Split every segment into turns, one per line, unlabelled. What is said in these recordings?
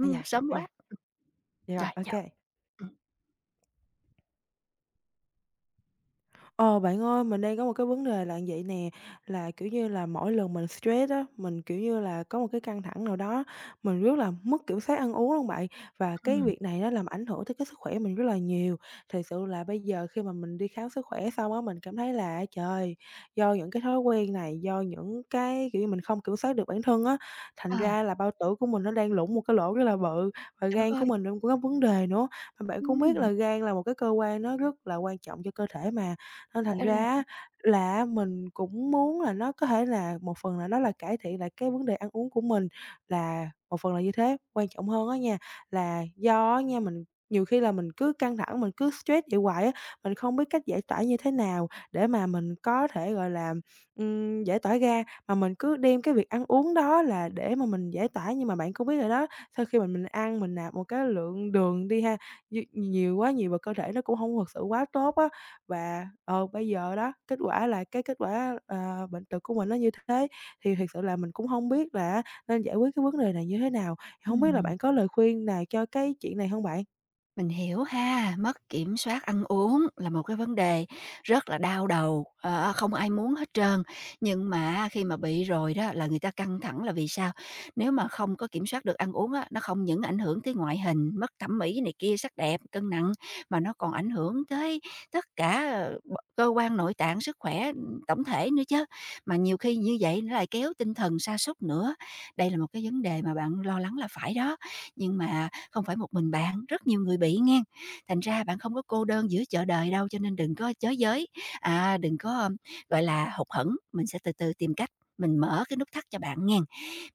À da,
sớm
rồi,
quá,
vậy rồi,
rồi giờ. Ừ.
Ờ, bạn ơi, mình đang có một cái vấn đề là như vậy nè, là, kiểu như là, mỗi lần mình stress á, mình, kiểu như là, có một cái căng thẳng nào đó, mình rất là mất kiểm soát ăn uống luôn bạn. Và cái
Ừm.
việc này nó làm ảnh hưởng tới cái sức khỏe mình rất là nhiều. Thật sự là bây giờ khi mà mình đi khám sức khỏe xong á, mình cảm thấy là, trời, do những cái thói quen này, do những cái, kiểu như, mình không kiểm soát được bản thân á, thành
Ờ.
ra là bao tử của mình nó đang lủng một cái lỗ rất là bự, và
Trời
gan
đất
của
ơi!
mình nó cũng có vấn đề nữa. Mà bạn cũng biết
Ừm.
là gan là một cái cơ quan nó rất là quan trọng cho cơ thể mà, nên thành
Phải rồi.
ra á là mình cũng muốn là nó có thể là một phần là nó là cải thiện lại cái vấn đề ăn uống của mình, là một phần là như thế. Quan trọng hơn á nha, là do á nha mình nhiều khi là mình cứ căng thẳng, mình cứ stress vậy hoài á, mình không biết cách giải tỏa như thế nào để mà mình có thể, gọi là, giải tỏa ra, mà mình cứ đem cái việc ăn uống đó là để mà mình giải tỏa. Nhưng mà bạn cũng biết rồi đó, sau khi mà mình ăn mình nạp một cái lượng đường đi ha, nhiều nhiều quá nhiều vào cơ thể nó cũng không thực sự quá tốt á. Và bây giờ đó, kết quả là cái kết quả, bệnh tật của mình nó như thế, thì thiệt sự là mình cũng không biết là nên giải quyết cái vấn đề này như thế nào. Không biết là
Ừm.
bạn có lời khuyên nào cho cái chuyện này không bạn?
Mình hiểu ha, mất kiểm soát ăn uống là một cái vấn đề rất là đau đầu, không ai muốn hết trơn. Nhưng mà khi mà bị rồi đó là người ta căng thẳng là vì sao? Nếu mà không có kiểm soát được ăn uống á, nó không những ảnh hưởng tới ngoại hình, mất thẩm mỹ này kia, sắc đẹp, cân nặng mà nó còn ảnh hưởng tới tất cả cơ quan nội tạng, sức khỏe tổng thể nữa chứ. Mà nhiều khi như vậy nó lại kéo tinh thần sa sút nữa. Đây là một cái vấn đề mà bạn lo lắng là phải đó. Nhưng mà không phải một mình bạn, rất nhiều người bị nghen, thành ra bạn không có cô đơn giữa chợ đời đâu, cho nên đừng có chới giới, à, đừng có, gọi là, hụt hẫng, mình sẽ từ từ tìm cách mình mở cái nút thắt cho bạn nghen.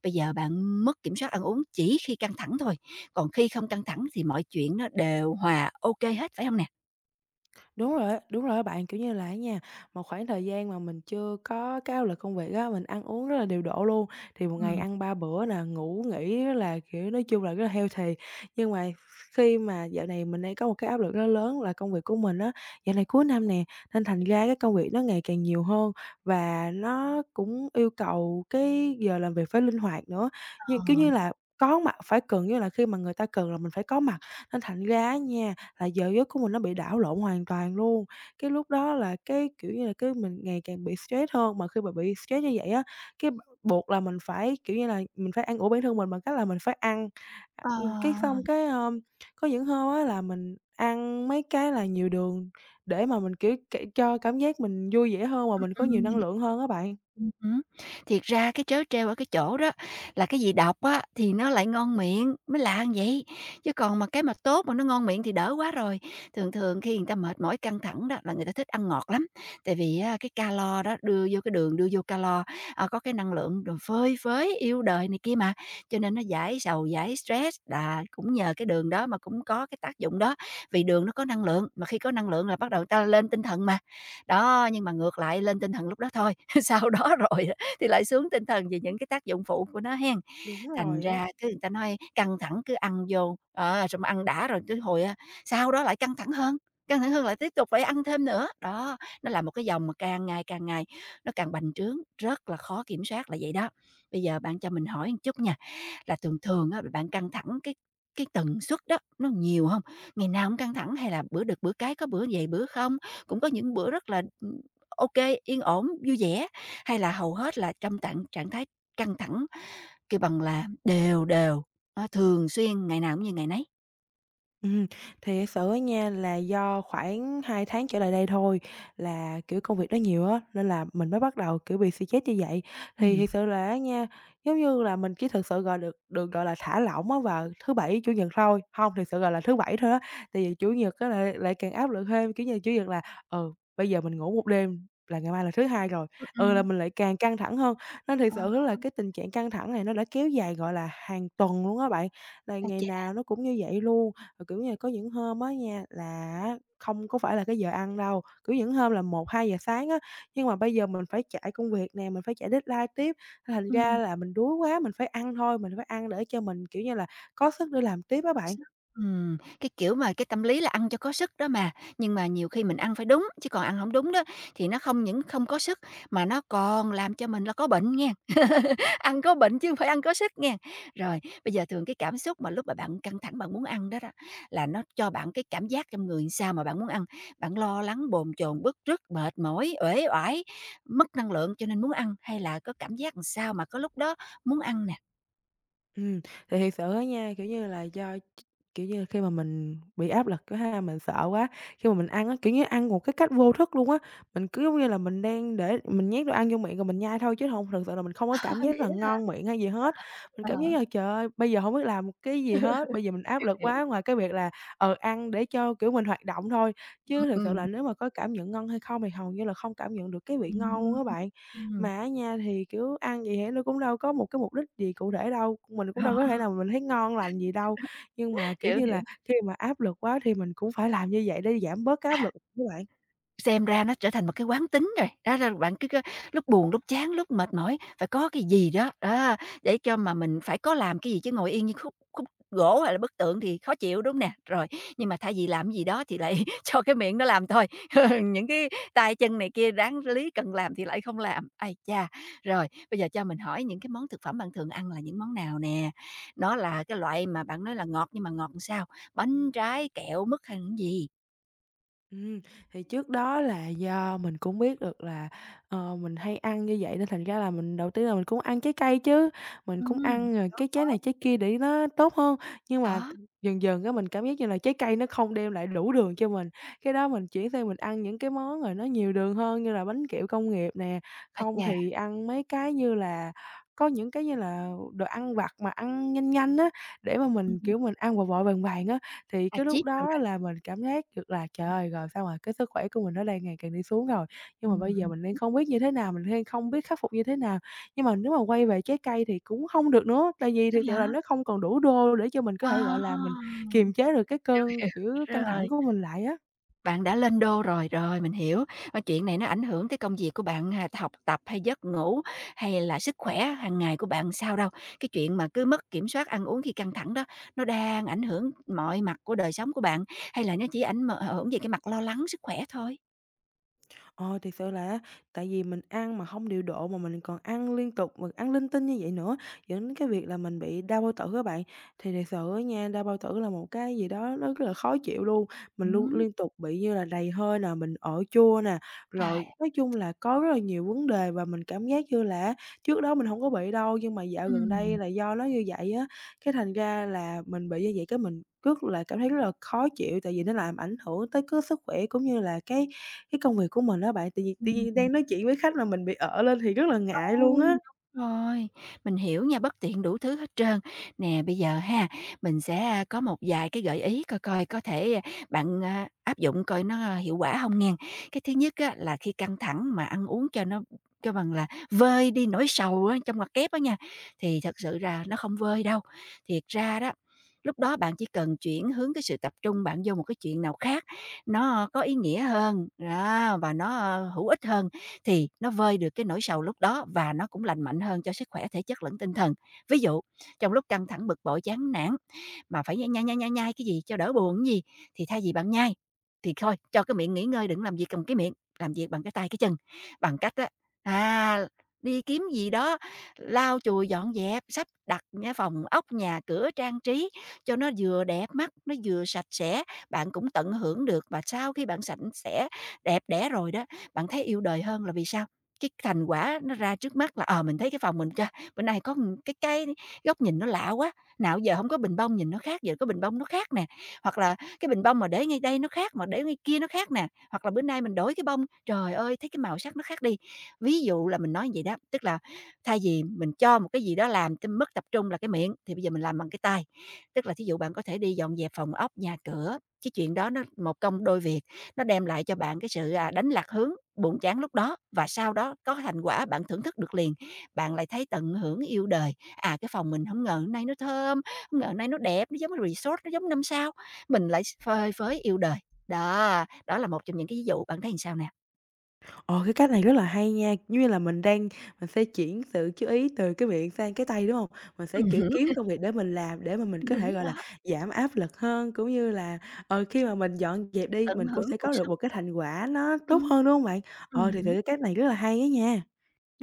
Bây giờ bạn mất kiểm soát ăn uống chỉ khi căng thẳng thôi, còn khi không căng thẳng thì mọi chuyện nó đều hòa OK hết, phải không nè?
Đúng rồi á bạn. Kiểu như là á nha, một khoảng thời gian mà mình chưa có cái áp lực công việc á, mình ăn uống rất là điều độ luôn, thì một ngày
Ừm.
ăn 3 bữa nè, ngủ nghỉ rất là, kiểu, nói chung là rất là healthy. Nhưng mà khi mà dạo này mình đang có một cái áp lực rất lớn là công việc của mình á, dạo này cuối năm nè, nên thành ra cái công việc nó ngày càng nhiều hơn và nó cũng yêu cầu cái giờ làm việc phải linh hoạt nữa. Nhưng, kiểu như
Ờ.
là, có mặt phải cần, như là khi mà người ta cần là mình phải có mặt, nên thành ra á nha là giờ giấc của mình nó bị đảo lộn hoàn toàn luôn. Cái lúc đó là cái, kiểu như là, cái mình ngày càng bị stress hơn, mà khi mà bị stress như vậy á, cái buộc là mình phải, kiểu như là, mình phải ăn ủi bản thân mình bằng cách là mình phải ăn. À,
Ờ.
cái xong cái, có những hôm á là mình ăn mấy cái là nhiều đường để mà mình, kiểu, cho cảm giác mình vui vẻ hơn và mình có nhiều
Ừm.
năng
Ừm.
lượng hơn á bạn.
Hứm. Thiệt ra cái trớ trêu ở cái chỗ đó là cái gì độc á, thì nó lại ngon miệng, mới lạ như vậy. Chứ còn mà cái mà tốt mà nó ngon miệng thì đỡ quá rồi. Thường thường khi người ta mệt mỏi, căng thẳng đó là người ta thích ăn ngọt lắm, tại vì á cái calo đó đưa vô cái đường, đưa vô calo, có cái năng lượng rồi phơi phới, yêu đời này kia mà, cho nên nó giải sầu, giải stress, là cũng nhờ cái đường đó mà cũng có cái tác dụng đó. Vì đường nó có năng lượng, mà khi có năng lượng là bắt đầu người ta lên tinh thần mà. Đó, nhưng mà ngược lại lên tinh thần lúc đó thôi, sau đó rồi thì lại xuống tinh thần về những cái tác dụng phụ của nó hen.
Đúng
Thành
rồi á.
ra cứ người ta nói căng thẳng cứ ăn vô, đó, xong ăn đã rồi tới hồi, sau đó lại căng thẳng hơn lại tiếp tục phải ăn thêm nữa. Đó, nó là một cái vòng mà càng ngày nó càng bành trướng, rất là khó kiểm soát là vậy đó. Bây giờ bạn cho mình hỏi một chút nha, là thường thường á bạn căng thẳng cái tần suất đó nó nhiều không? Ngày nào cũng căng thẳng hay là bữa được bữa cái, có bữa vậy bữa không? Cũng có những bữa rất là, ô yên ổn, vui vẻ, hay là hầu hết là trong trạng trạng thái căng thẳng. Kêu bằng là đều đều, á, thường xuyên, ngày nào cũng như ngày nấy.
Ừm, thì thật sự á nha là do khoảng 2 tháng trở lại đây thôi là, kiểu, công việc đó nhiều á, nên là mình mới bắt đầu, kiểu, bị suy stress như vậy. Thì
Ừm.
thiệt sự là á nha, giống như là mình chỉ thực sự, gọi, được được, gọi là, thả lỏng á vào thứ Bảy, Chủ nhật thôi, hông, thực sự, gọi là, thứ Bảy thôi á, tại vì Chủ nhật á lại lại càng áp lực thêm, kiểu như, Chủ nhật là, ừ, bây giờ mình ngủ một đêm là ngày mai là thứ Hai rồi,
Ừm.
ừ, là
Ừm.
mình lại càng căng thẳng hơn. Nên thực
Ờ.
sự là cái tình trạng căng thẳng này nó đã kéo dài, gọi là, hàng tuần luôn á bạn, là
Ái
ngày
chà!
nào nó cũng như vậy luôn. Rồi, kiểu như là, có những hôm á nha là á không có phải là cái giờ ăn đâu, kiểu, những hôm là 1-2 giờ sáng á, nhưng mà bây giờ mình phải chạy công việc nè, mình phải chạy deadline tiếp, thành ra
Ừm.
là mình đuối quá, mình phải ăn thôi, mình phải ăn để cho mình, kiểu như là, có sức để làm tiếp á bạn.
Sức. Cái kiểu mà cái tâm lý là ăn cho có sức đó mà, nhưng mà nhiều khi mình ăn phải đúng, chứ còn ăn hổng đúng đó thì nó không những không có sức mà nó còn làm cho mình là có bệnh nghen. Ăn có bệnh chứ không phải ăn có sức nghe. Rồi, bây giờ thường cái cảm xúc mà lúc mà bạn căng thẳng bạn muốn ăn đó đó, là nó cho bạn cái cảm giác trong người sao mà bạn muốn ăn. Bạn lo lắng, bồn chồn, bứt rứt, mệt mỏi, uể oải, mất năng lượng cho nên muốn ăn, hay là có cảm giác làm sao mà có lúc đó muốn ăn nè?
Ừm, thì thiệt sự á nha, kiểu như là, do kiểu như, khi mà mình bị áp lực quá ha, mình sợ quá, khi mà mình ăn á, kiểu như, ăn một cái cách vô thức luôn á, mình cứ giống như là mình đang để mình nhét đồ ăn vô miệng rồi mình nhai thôi chứ hông thực sự là mình không có
Ờ,
cảm giác
vậy
là
đó.
ngon miệng hay gì hết. Mình
Ờ.
cảm giác là "Trời ơi, bây giờ không biết làm một cái gì hết." Bây giờ mình áp
Hiểu,
lực
hiểu.
quá, ngoài cái việc là, ăn để cho, kiểu, mình hoạt động thôi,
Ừm,
chứ thực sự là
ừm.
nếu mà có cảm nhận ngon hay không thì hầu như là không cảm nhận được cái vị ngon luôn
Ừm,
á bạn.
ừm.
Mà á nha thì, kiểu, ăn vậy thì nó cũng đâu có một cái mục đích gì cụ thể đâu, mình cũng
Đó,
đâu có thể nào mình thấy ngon lành gì đâu. Nhưng mà, kiểu
hiểu,
như là,
hiểu.
khi mà áp lực quá thì mình cũng phải làm như vậy để giảm bớt cái áp lực á bạn.
Xem ra nó trở thành một cái quán tính rồi, đó là bạn cứ, lúc buồn, lúc chán, lúc mệt mỏi phải có cái gì đó, đó, để cho mà mình phải có làm cái gì chứ ngồi yên như khúc khúc gỗ hay là bức tượng thì khó chịu, đúng nè? Rồi, nhưng mà thay vì làm gì đó thì lại cho cái miệng nó làm thôi, những cái tay chân này kia đáng lý cần làm thì lại không làm, ây cha! Rồi, bây giờ cho mình hỏi những cái món thực phẩm bạn thường ăn là những món nào nè? Nó là cái loại mà bạn nói là ngọt nhưng mà ngọt làm sao? Bánh, trái, kẹo, mứt hay là cái gì?
Ừm, thì trước đó là do mình cũng biết được là, mình hay ăn như vậy nên thành ra là mình đầu tiên là mình cũng ăn trái cây chứ, mình cũng
Ừm.
ăn, cái trái này trái kia để nó tốt hơn. Nhưng mà
Đó,
dần dần cái mình cảm giác như là trái cây nó không đem lại đủ đường cho mình, cái đó mình chuyển sang mình ăn những cái món rồi nó nhiều đường hơn như là bánh kẹo công nghiệp nè,
ái
không
chà!
thì ăn mấy cái như là có những cái như là đồ ăn vặt mà ăn nhanh nhanh á, để mà mình,
Ừm,
kiểu, mình ăn vội vội vàng vàng á, thì
à,
cái lúc
chip đồ
đó
đó.
là mình cảm giác được là "Trời ơi, rồi sao mà cái sức khỏe của mình nó đang ngày càng đi xuống rồi." Nhưng mà bây giờ
Ừm.
mình đang không biết như thế nào, mình đang không biết khắc phục như thế nào. Nhưng mà nếu mà quay về trái cây thì cũng không được nữa, tại vì
Sao
thực sự là
vậy?
nó không còn đủ đô để cho mình có thể,
À!
gọi là, mình kiềm chế được cái cơn,
Hiểu,
kiểu, căng thẳng
rồi,
của mình lại á.
bạn đã lên đô rồi, rồi, mình hiểu. Ờ, chuyện này nó ảnh hưởng tới công việc của bạn hà học tập hay giấc ngủ, hay là sức khỏe hàng ngày của bạn sao đâu. Cái chuyện mà cứ mất kiểm soát ăn uống khi căng thẳng đó, nó đang ảnh hưởng mọi mặt của đời sống của bạn, hay là nó chỉ ảnh hưởng về cái mặt lo lắng sức khỏe thôi?
Ờ, thiệt sự là á, tại vì mình ăn mà không điều độ mà mình còn ăn liên tục, mình ăn linh tinh như vậy nữa, dẫn đến cái việc là mình bị đau bao tử các bạn. Thì thiệt sự á nha, đau bao tử là một cái gì đó nó rất là khó chịu luôn, mình luôn
Ừm.
liên tục bị như là đầy hơi nè, mình ở chua nè,
À.
rồi nói chung là có rất là nhiều vấn đề và mình cảm giác như là trước đó mình không có bị đâu, nhưng mà dạo gần đây
Ừm,
là do nó như vậy á, cái thành ra là mình bị như vậy cái mình rất là cảm thấy rất là khó chịu, tại vì nó làm ảnh hưởng tới cái sức khỏe cũng như là cái công việc của mình á bạn, tự nhiên
ừm.
đang nói chuyện với khách mà mình bị ở lên thì rất là ngại luôn á.
Ừm, đúng rồi, mình hiểu nha, bất tiện đủ thứ hết trơn. Nè, bây giờ ha, mình sẽ, có một vài cái gợi ý coi coi có thể, bạn, áp dụng coi nó hiệu quả không nghen. Cái thứ nhất á, là khi căng thẳng mà ăn uống cho nó cho bằng là vơi đi nỗi sầu á, trong ngoặc kép á nha, thì thật sự ra nó không vơi đâu. Thiệt ra đó, lúc đó bạn chỉ cần chuyển hướng cái sự tập trung bạn vô một cái chuyện nào khác, nó có ý nghĩa hơn, đó, và nó, hữu ích hơn thì nó vơi được cái nỗi sầu lúc đó và nó cũng lành mạnh hơn cho sức khỏe thể chất lẫn tinh thần. Ví dụ, trong lúc căng thẳng, bực bội, chán nản mà phải nhai nhai, nhai, nhai, nhai cái gì cho đỡ buồn cái gì, thì thay vì bạn nhai thì thôi cho cái miệng nghỉ ngơi, đừng làm việc cầm cái miệng, làm việc bằng cái tay, cái chân, bằng cách á, à, đi kiếm gì đó lau chùi, dọn dẹp, sắp đặt nha phòng ốc, nhà cửa trang trí cho nó vừa đẹp mắt, nó vừa sạch sẽ, bạn cũng tận hưởng được và sau khi bạn sạch sẽ đẹp đẽ rồi đó bạn thấy yêu đời hơn là vì sao? Cái thành quả nó ra trước mắt là, mình thấy cái phòng mình, chà, bữa nay có một cái góc nhìn nó lạ quá, nào giờ không có bình bông nhìn nó khác, giờ có bình bông nó khác nè, hoặc là cái bình bông mà để ngay đây nó khác, mà để ngay kia nó khác nè, hoặc là bữa nay mình đổi cái bông, trời ơi, thấy cái màu sắc nó khác đi. Ví dụ là mình nói vậy đó, tức là thay vì mình cho một cái gì đó làm cho mất tập trung là cái miệng, thì bây giờ mình làm bằng cái tay. Tức là thí dụ bạn có thể đi dọn dẹp phòng ốc, nhà cửa, cái chuyện đó nó một công đôi việc. Nó đem lại cho bạn cái sự, đánh lạc hướng, buồn chán lúc đó và sau đó có thành quả bạn thưởng thức được liền. Bạn lại thấy tận hưởng yêu đời, cái phòng mình không ngờ hôm nay nó thơm, không ngờ hôm nay nó đẹp, nó giống resort, nó giống 5 sao, mình lại phơi phới yêu đời. Đó, đó là một trong những cái ví dụ, bạn thấy làm sao nè?
Ồ cái cách này rất là hay nha, giống như là mình đang mình sẽ chuyển sự chú ý từ cái miệng sang cái tay, đúng hông? Mình sẽ, kiểu,
Hứm,
kiếm công việc để mình làm để mà mình có thể,
đúng
gọi là,
đó,
giảm áp lực hơn, cũng như là, khi mà mình dọn dẹp đi,
tận
mình cũng
hưởng
sẽ
cuộc
có được
sống.
một cái thành quả nó tốt
Ừm.
hơn, đúng hông bạn? Ờ, thì thử
Ừm.
cái cách này rất là hay á nha.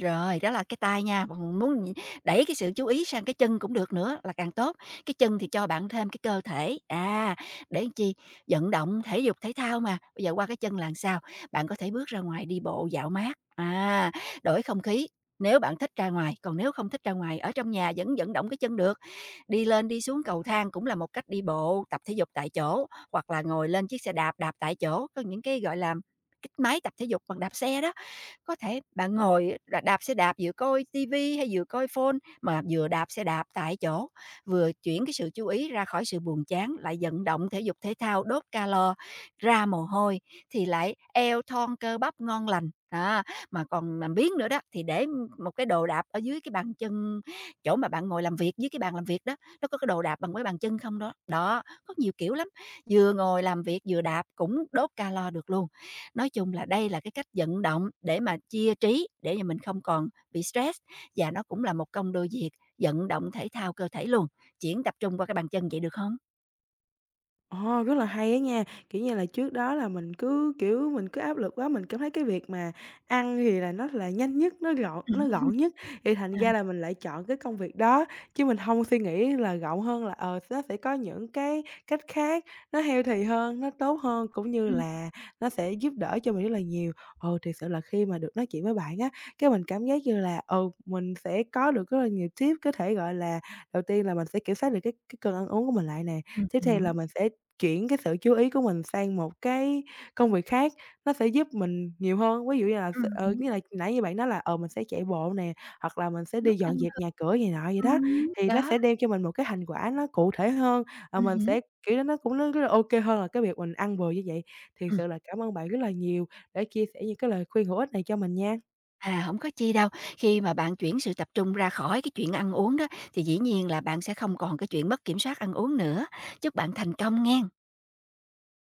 Rồi, đó là cái tay nha, bạn muốn gì đẩy cái sự chú ý sang cái chân cũng được nữa là càng tốt. Cái chân thì cho bạn thêm cái cơ thể, để làm chi? Vận động thể dục thể thao mà, bây giờ qua cái chân là sao? Bạn có thể bước ra ngoài đi bộ dạo mát, đổi không khí. Nếu bạn thích ra ngoài, còn nếu không thích ra ngoài, ở trong nhà vẫn vận động cái chân được. Đi lên đi xuống cầu thang cũng là một cách đi bộ, tập thể dục tại chỗ, hoặc là ngồi lên chiếc xe đạp, đạp tại chỗ, có những cái, gọi là, cái máy tập thể dục bằng đạp xe đó. Có thể bạn ngồi đạp đạp xe đạp vừa coi ti hay vừa coi phone mà vừa đạp xe đạp tại chỗ, vừa chuyển cái sự chú ý ra khỏi sự buồn chán, lại vận động thể dục thể thao, đốt calo, ra mồ hôi thì lại eo thon cơ bắp ngon lành. Đó, mà còn làm biếng nữa đó thì để một cái đồ đạp ở dưới cái bàn chân chỗ mà bạn ngồi làm việc, dưới cái bàn làm việc đó, nó có cái đồ đạp bằng mấy bàn chân không đó. Đó, có nhiều kiểu lắm, vừa ngồi làm việc vừa đạp cũng đốt calo được luôn. Nói chung là đây là cái cách vận động để mà chia trí, để mà mình không còn bị stress và nó cũng là một công đôi việc, vận động thể thao cơ thể luôn, chuyển tập trung qua cái bàn chân, vậy được không?
Ồ, rất là hay á nha. Kiểu như là, trước đó là mình cứ, kiểu, mình cứ áp lực quá, mình cảm thấy cái việc mà ăn thì là nó là nhanh nhất, nó gọn nhất, thì thành
À.
ra là mình lại chọn cái công việc đó, chứ mình không suy nghĩ là rộng hơn là, nó sẽ có những cái cách khác, nó healthy hơn, nó tốt hơn, cũng như
Ừm.
là nó sẽ giúp đỡ cho mình rất là nhiều. Ờ, thiệt sự là khi mà được nói chuyện với bạn á, cái mình cảm giác như là, ừ, mình sẽ có được rất là nhiều tip có thể, gọi là, đầu tiên là mình sẽ kiểm soát được cái cơn ăn uống của mình lại nè,
Ừm
tiếp theo là
hứm.
mình sẽ chuyển cái sự chú ý của mình sang một cái công việc khác, nó sẽ giúp mình nhiều hơn. Ví dụ như là với
Ừm,
lại nãy như bạn nói là, mình sẽ chạy bộ nè, hoặc là mình sẽ đi
đốt năng
dọn dẹp
lượng.
nhà cửa gì nọ vậy đó,
Ừm,
thì nó
đó.
sẽ đem cho mình một cái thành quả nó cụ thể hơn, mình
Ừm.
sẽ kiểu, đó nó cũng nó rất là ok hơn là cái việc mình ăn bừa như vậy. Thiệt
Ừm.
sự là cảm ơn bạn rất là nhiều để chia sẻ những cái lời khuyên hữu ích này cho mình nha.
À, không có chi đâu, khi mà bạn chuyển sự tập trung ra khỏi cái chuyện ăn uống đó, thì dĩ nhiên là bạn sẽ không còn cái chuyện mất kiểm soát ăn uống nữa. Chúc bạn thành công nghen.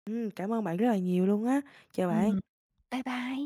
Cảm ơn bạn rất là nhiều luôn á. Chào bạn.
Ừm, bye bye.